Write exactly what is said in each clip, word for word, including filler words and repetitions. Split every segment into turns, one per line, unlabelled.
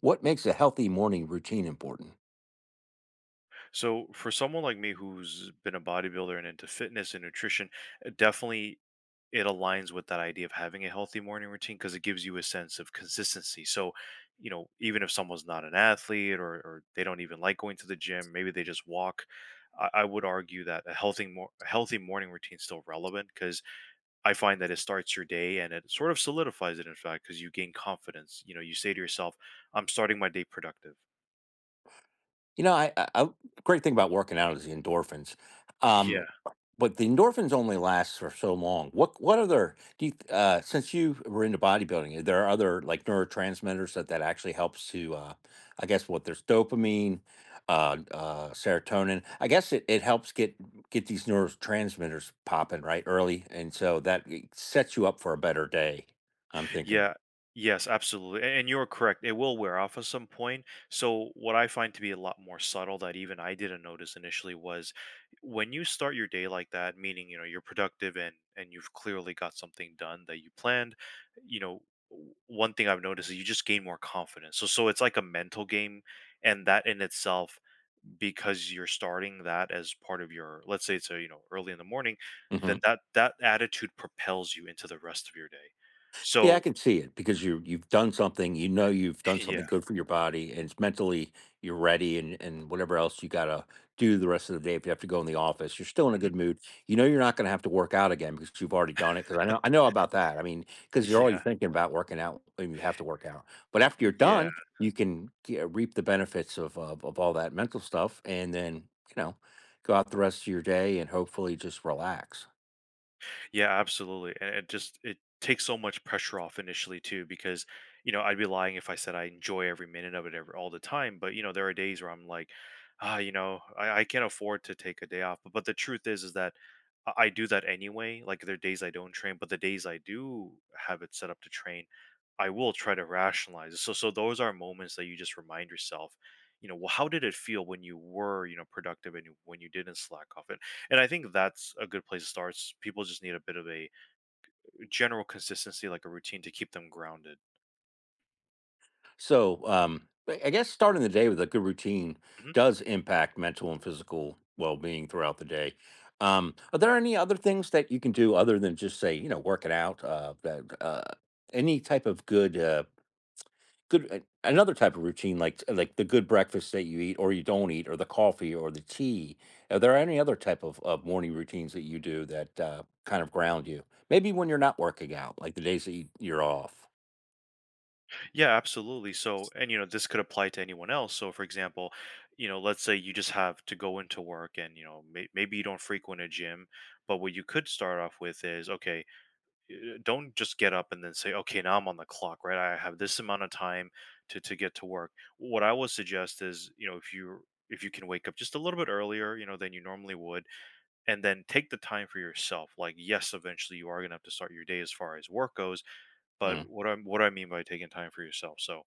What makes a healthy morning routine important?
So, for someone like me who's been a bodybuilder and into fitness and nutrition, uh, definitely it aligns with that idea of having a healthy morning routine because it gives you a sense of consistency. So, you know, even if someone's not an athlete or, or they don't even like going to the gym, maybe they just walk. I, I would argue that a healthy, mor- a healthy morning routine is still relevant because I find that it starts your day and it sort of solidifies it. In fact, because you gain confidence. You know, you say to yourself, "I'm starting my day productive."
You know, I, I, I great thing about working out is the endorphins, um, but the endorphins only last for so long. What what other do you, th- uh, since you were into bodybuilding? Are there other like neurotransmitters that that actually helps to? Uh, I guess what there's dopamine, uh, uh, serotonin. I guess it, it helps get get these neurotransmitters popping right early, and so that it sets you up for a better day. I'm thinking.
Yeah. Yes, absolutely. a- And you're correct. It will wear off at some point. So, what I find to be a lot more subtle that even I didn't notice initially was when you start your day like that, meaning, you know, you're productive and and you've clearly got something done that you planned, you know, w- one thing I've noticed is you just gain more confidence. So, so it's like a mental game, and that in itself, because you're starting that as part of your, let's say it's a, you know, early in the morning,
Mhm.
then that that attitude propels you into the rest of your day.
Yeah, I
So,
can see it because you you've done something. You know you've done
yeah.
something good for your body, and it's mentally you're ready, and and whatever else you gotta do the rest of the day. If you have to go in the office, you're still in a
Mhm.
good mood. You know you're not gonna have to work out again because you've already done it. Because I know I know about that. I mean, because you're already
Yeah.
thinking about working out when you have to work out. But
Y
after you're
y yeah.
done, you can ge- reap the benefits of of, of all that mental stuff, and then you know go out the rest of your day and hopefully just relax.
Yeah, absolutely, and it just it takes so much pressure off initially too because, you know, I'd be lying if I said I enjoy every minute of it ever all the time, but, you know, there are days where I'm like, "Ah, you know, I I can't afford to take a day off." But but the truth is is that I I do that anyway, like, there are days I don't train, but the days I do have it set up to train, I will try to rationalize it. So so those are moments that you just remind yourself, you know, "Well, how did it feel when you were, you know, productive and you when you didn't slack off?" And And I think that's a good place to start. s- People just need a bit of a general consistency, like a routine to keep them grounded.
So, um, I I guess starting the day with a good routine
Mhm.
does impact mental and physical well-being throughout the day. Um, are there any other things that you can do other than just say, you know, working out? Uh, that uh, any type of good, uh, good uh, another type of routine like like the good breakfast that you eat or you don't eat, or the coffee or the tea. Are there any other type of, of morning routines that you do that uh, kind of ground you? Maybe when you're not working out, like the days that you, you're off.
Yeah, absolutely. So, and you know, this could apply to anyone else. So, for example, you know, let's say you just have to go into work and, you know, may- maybe you don't frequent a gym, but what you could start off with is okay, uh, don't just get up and then say, okay, now I'm on the clock, right? I have this amount of time to, to get to work. What I would suggest is, you know, if you if you can wake up just a little bit earlier, you know, than you normally would, and then take the time for yourself. Like, yes, eventually you are gonna have to start your day as far as work goes, but
Mm.
what I'm what I mean by taking time for yourself. So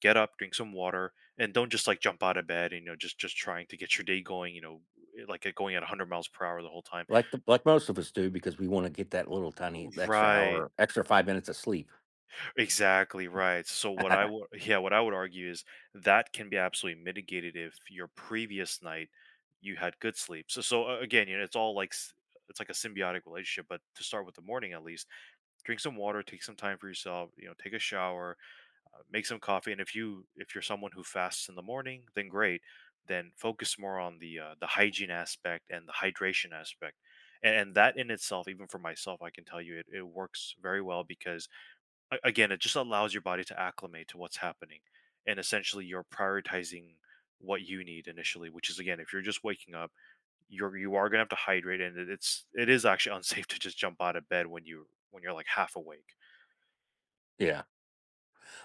get up, drink some water, and don't just like jump out of bed and you know just just trying to get your day going. You know, eh, like uh, going at one hundred miles per hour the whole time.
Like the like most of us do because we wanna get that little tiny extra
Right,
hour, extra five minutes of sleep.
exactly right. So what I would, yeah, what I would argue is that can be absolutely mitigated if your previous night you had good sleep. So so uh, again, you know, it's all like s- it's like a symbiotic relationship. But to start with the morning, at least drink some water, take some time for yourself, you know, take a shower, uh, make some coffee, and if you if you're someone who fasts in the morning, then great. Then focus more on the uh, the hygiene aspect and the hydration aspect. And, and that in itself, even for myself, I can tell you it, it works very well because a- again, it just allows your body to acclimate to what's happening. And essentially you're prioritizing what you need initially, which is again, if you're just waking up, you're you are gonna have to hydrate and it- it's it is actually unsafe to just jump out of bed when you when you're like half awake.
Yeah.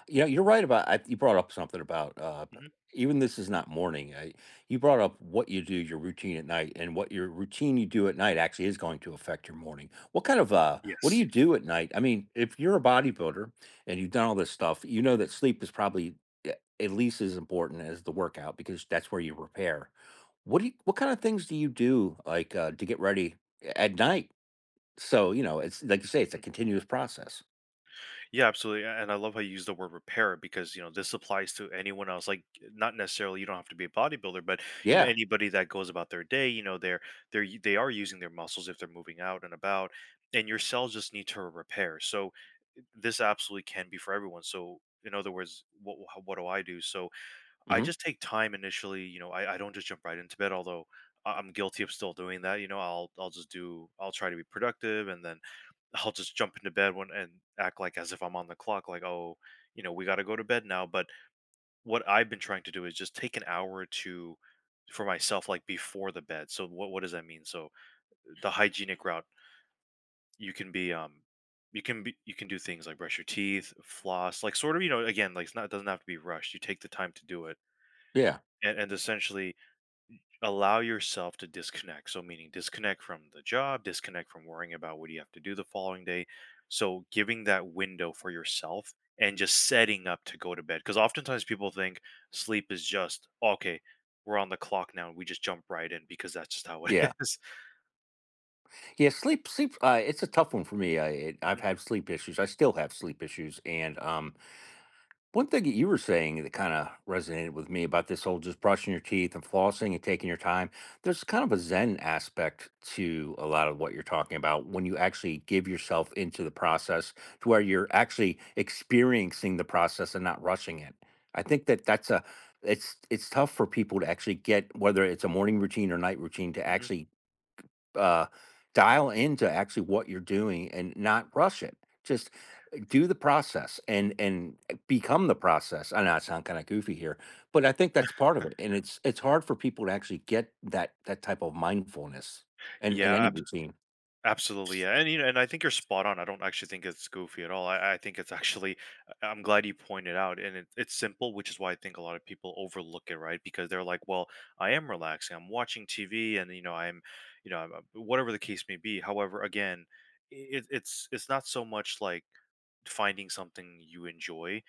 You know, you're right about I, you brought up something about uh,
Mhm.
even this is not morning. I, you brought up what you do, your routine at night, and what your routine you do at night actually is going to affect your morning. What kind of uh, what do
Yes.
you do at night? I mean, if you're a bodybuilder and you've done all this stuff, you know that sleep is probably a- at least as important as the workout because that's where you repair. What do you, what kind of things do you do like uh, to get ready at night? So you know, it's like you say, it's a
Mm.
continuous process.
Yeah, absolutely, a and I love how you use the word repair because, you know, this applies to anyone else, like, eh, not necessarily, you don't have to be a bodybuilder, but, you know,
Yeah.
anybody that goes about their day, you know, they're they're u they are using their muscles if they're moving out and about, and your cells just need to repair, so, eh, this absolutely can be for everyone, so, in other words, what what do I do? So I
Hmm.
just take time initially, you know, I, I don't just jump right into bed, although I- I'm guilty of still doing that. You know, I'll I'll just do I'll try to be productive and then I'll just jump into bed when and act like as if I'm on the clock, like, oh, you know, we gotta go to bed now. But what I've been trying to do is just take an hour to for myself, like before the bed. So what what does that mean? So the hygienic route, you can be um you can be you can do things like brush your teeth, floss, like sort of, you know, again, like it's not it doesn't have to be rushed. You take the time to do it.
Yeah.
And and essentially allow yourself to disconnect. So, meaning disconnect from the job, disconnect from worrying about what you have to do the following day. So, giving that window for yourself and just setting up to go to bed. Because oftentimes people think sleep is just, okay, we're on the clock now. We just jump right in because that's just how it
Yeah.
is.
Yeah, sleep, sleep. Uh, it's a tough one for me. I, it, I've
Mhm,
had sleep issues. I still have sleep issues. And um, one thing that you were saying that kind of resonated with me about this whole just brushing your teeth and flossing and taking your time. There's kind of a zen aspect to a lot of what you're talking about when you actually give yourself into the process to where you're actually experiencing the process and not rushing it. I think that that's a it's it's tough for people to actually get whether it's a morning routine or night routine to
mhm.
actually uh, dial into actually what you're doing and not rush it. Just uh, do the process and and uh, become the process. I know I sound kind of goofy here, but I think that's part of it. And it's it's hard for people to actually get that that type of mindfulness and in in any
Yeah,
routine.
absolutely, yeah, and you know, and I think you're spot on. I don't actually think it's goofy at all. I, I think it's actually, I- I'm glad you pointed out, and it, it's simple, which is why I think a lot of people overlook it, right? Because they're like, well, I am relaxing, I'm watching T V, and you know, I'm, you know, I'm, uh, whatever the case may be. However, again, it, it's it's not so much like finding something you enjoy,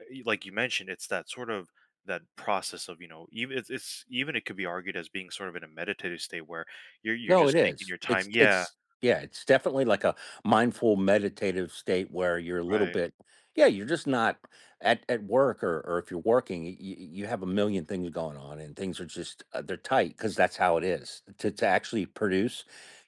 uh, Y- like you mentioned, it's that sort of that process of, you know, even it's, it's, even it could be argued as being sort of in a meditative state where you're you're
No, it
just taking
is.
your
It's
time, yeah,
it's yeah, it's definitely like a mindful meditative state where you're a little
right.
bit yeah, you're just not at at work or or if you're working, you, you have a million things going on and things are just uh, they're tight because that's how it is. To to actually produce,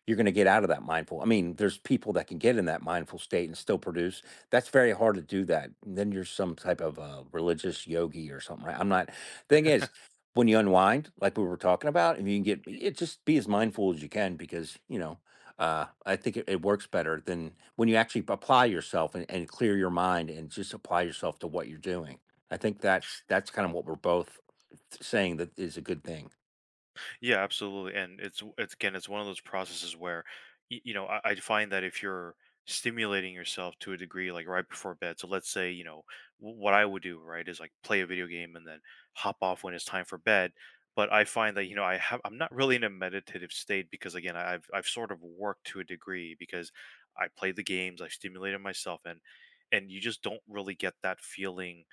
you're going to get out of that mindful. I mean, there's people that can get in that mindful state and still produce. That's very hard to do that. And then you're some type of uh, religious yogi or something, right? I'm not. Thing is, when you unwind, like we were talking about, and you can get it just be as mindful as you can because, you know, uh, I think it, it works better than when you actually apply yourself and, and clear your mind and just apply yourself to what you're doing. I think that's that's kind of what we're both saying that is a good thing.
Yeah, absolutely. And it's it's again, it's one of those processes where, y- you know, I, I find that if you're stimulating yourself to a degree, like right before bed. So let's say, you know, wh- what I would do, right, is like play a video game and then hop off when it's time for bed. But I find that, you know, I have I'm not really in a meditative state because, again, I- I've I've sort of worked to a degree because I played the games, I stimulated myself, and and you just don't really get that feeling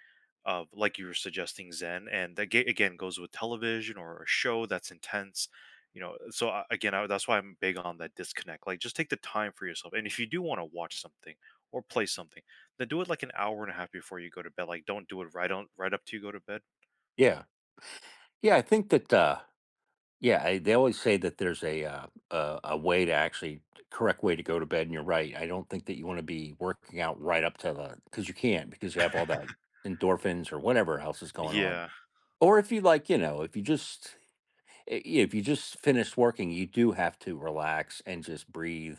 of, like you were suggesting, zen. And that, ga- again, goes with television or a show that's intense, you know. So, I- again I, that's why I'm big on that disconnect. Like, just take the time for yourself, and if you do want to watch something or play something, then do it like an hour and a half before you go to bed. Like, don't do it right on, right up to you go to bed.
Yeah. Yeah, I think that uh yeah, I, they always say that there's a uh a, a way to actually correct way to go to bed and you're right. I don't think that you want to be working out right up to the cuz you can't because you have all that endorphins or whatever else is going on.
Yeah.
Or if you like, you know, if you just I if you just finish working, you do have to relax and just breathe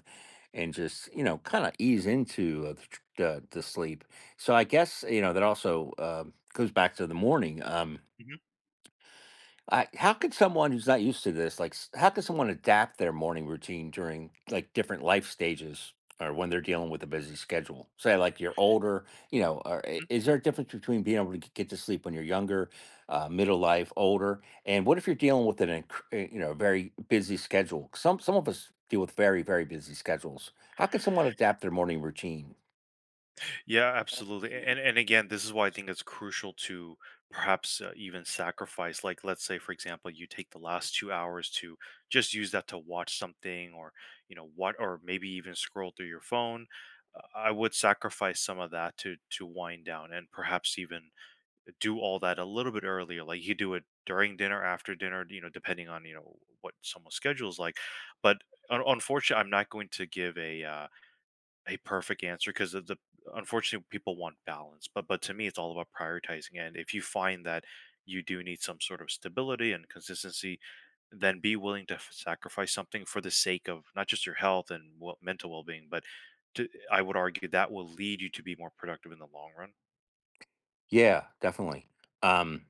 and just, you know, kinda ease into, uh, the tr the the sleep. So I guess, you know, that also, um, goes back to the morning, um
Mhm.
I, How could someone who's not used to this, like, s- how could someone adapt their morning routine during like different life stages or when they're dealing with a busy schedule? Say, like, you're older, you know, or i- is there a difference between being able to g- get to sleep when you're younger, uh, middle life, older? And what if you're dealing with an, inc- uh, you know, very busy schedule? Some, some of us deal with very, very busy schedules. How could someone adapt their morning routine?
Yeah, absolutely. And and again, this is why I think it's crucial to perhaps uh, even sacrifice, like, let's say for example, you take the last two hours to just use that to watch something or you know what, or maybe even scroll through your phone. Uh, I would sacrifice some of that to to wind down and perhaps even do all that a little bit earlier. Like, you do it during dinner, after dinner, you know, depending on, you know, what someone's schedule is like. But un- unfortunately, I'm not going to give a uh a perfect answer because the unfortunately people want balance, but but to me it's all about prioritizing, and if you find that you do need some sort of stability and consistency, then be willing to f- sacrifice something for the sake of not just your health and, well, mental well-being, but, to, I would argue that will lead you to be more productive in the long run.
Yeah, definitely. Um,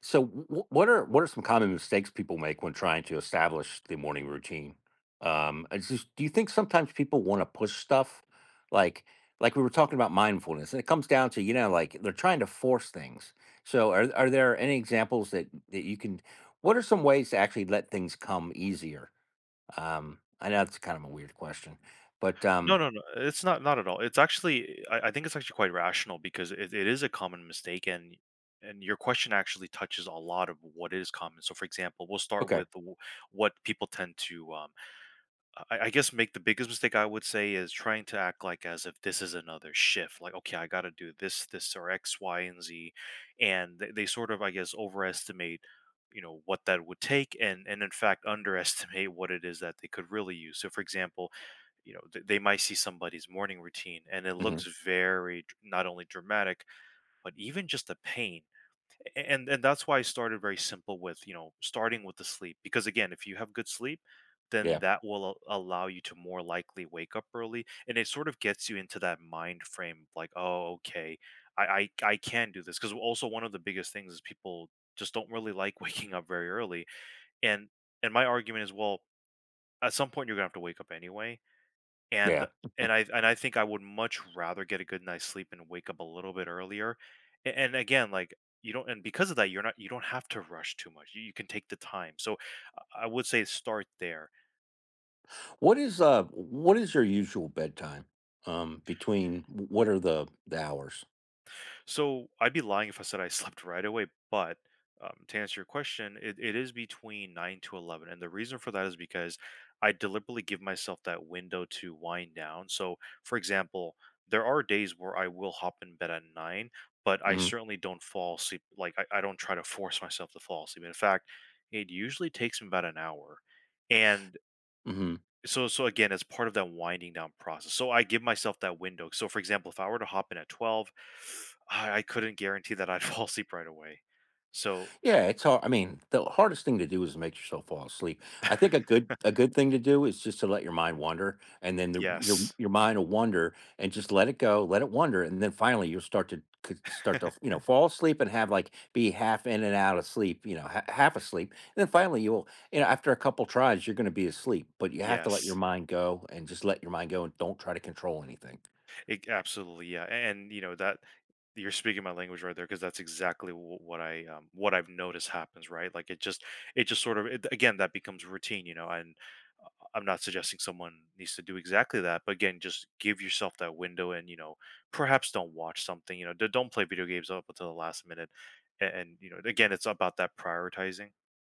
So, wh- what are what are some common mistakes people make when trying to establish the morning routine? Um, it's just, do you think sometimes people want to push stuff, like like we were talking about mindfulness, and it comes down to you know like they're trying to force things. So, are are there any examples that that you can? What are some ways to actually let things come easier? Um, I know it's kind of a weird question, but
No,
um,
no, no. It's not not at all. It's actually, I, I think it's actually quite rational because it, it is a common mistake, and and your question actually touches a lot of what is common. So, for example, we'll start
okay,
with w- what people tend to, um, I, I guess, make the biggest mistake I would say is trying to act like as if this is another shift. Like, okay, I got to do this, this, or X, Y, and Z, and they, they sort of, I guess, overestimate, you know, what that would take, and and in fact, underestimate what it is that they could really use. So, for example, you know, th- they might see somebody's morning routine and it
hmm
looks very dr- not only dramatic but even just the pain. A- and and that's why I started very simple with, you know, starting with the sleep, because again, if you have good sleep, then
yeah,
that will a- allow you to more likely wake up early, and it sort of gets you into that mind frame like, oh, okay, i i, I can do this. Because also one of the biggest things is people just don't really like waking up very early. And and my argument is, well, at some point you're gonna have to wake up anyway.
yeah.
And and I and I think I would much rather get a good night's sleep and wake up a little bit earlier. A- And, again, like, you don't, and because of that, you're not, you don't have to rush too much. You, you can take the time. So I I would say start there.
What is uh what is your usual bedtime? Um between what are the the hours?
So I'd be lying if I said I slept right away, but um, to answer your question, it, it is between nine to eleven. And the reason for that is because I deliberately give myself that window to wind down. So, for example, there are days where I will hop in bed at nine, but I
Mhm.
certainly don't fall asleep. Like, I, I don't try to force myself to fall asleep. In fact, it usually takes me about an hour. And
Mhm.
so so again, as part of that winding down process, so I give myself that window. So for example, if I were to hop in at twelve, I, I couldn't guarantee that I'd fall asleep right away. So
Yeah, it's hard. I mean, the hardest thing to do is make yourself fall asleep. I think a good a good thing to do is just to let your mind wander, and then the, your
yes.
your mind will wander, and just let it go, let it wander, and then finally you'll start to c- start to you know fall asleep and have like be half in and out of sleep, you know, ha- half asleep, and then finally you'll you know after a couple tries you're going to be asleep, but you have to let your
Yes.
mind go and just let your mind go and don't try to control anything.
It, absolutely, yeah, and you know that you're speaking my language right there, because that's exactly wh- what I um, what I've noticed happens, right? Like it just, it just sort of, it, again, that becomes routine, you know. And uh, I'm not suggesting someone needs to do exactly that, but again, just give yourself that window, and you know, perhaps don't watch something, you know, d- don't play video games up until the last minute, and, and you know, again, it's about that prioritizing.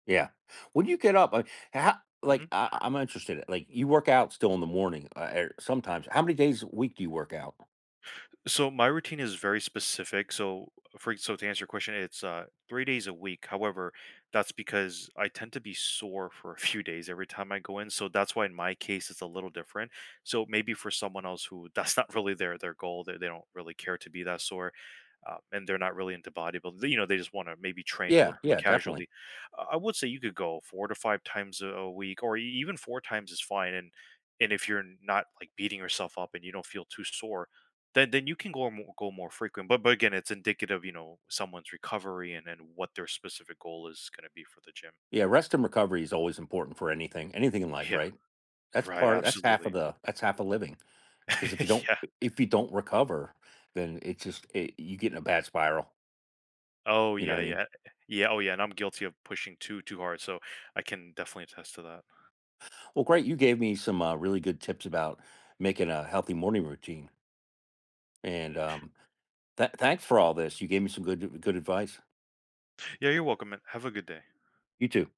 Yeah. When you get up, I how like,
Mhm.
I I'm interested, like, you work out still in the morning, uh, er, sometimes. How many days a week do you work out?
So my routine is very specific. So for so to answer your question, it's uh three days a week. However, that's because I tend to be sore for a few days every time I go in. So that's why in my case it's a little different. So maybe for someone else who that's not really their their goal, they, they don't really care to be that sore, uh, and they're not really into bodybuilding. You know, they just want to maybe train a
Yeah,
little more
yeah, definitely.
casually. Uh, I would say you could go four to five times a a week, or e- even four times is fine. And and if you're not like beating yourself up and you don't feel too sore, then then you can go more, go more frequent. But but again, it's indicative, you know, someone's recovery and and what their specific goal is going to be for the gym.
Yeah, rest and recovery is always important for anything anything in life,
Yeah,
right? That's
right,
part of that's half of
absolutely.
the that's half of living. Because if you don't
Yeah.
if you don't recover, then it's just it you get in a bad spiral,
Oh
you know what
yeah,
I mean?
yeah. Yeah, oh yeah, and I'm guilty of pushing too too hard, so I can definitely attest to that.
Well, great, you gave me some, uh, really good tips about making a healthy morning routine, and, um, tha thanks for all this, you gave me some good good advice.
Yeah, you're welcome, man. Have a good day.
You too.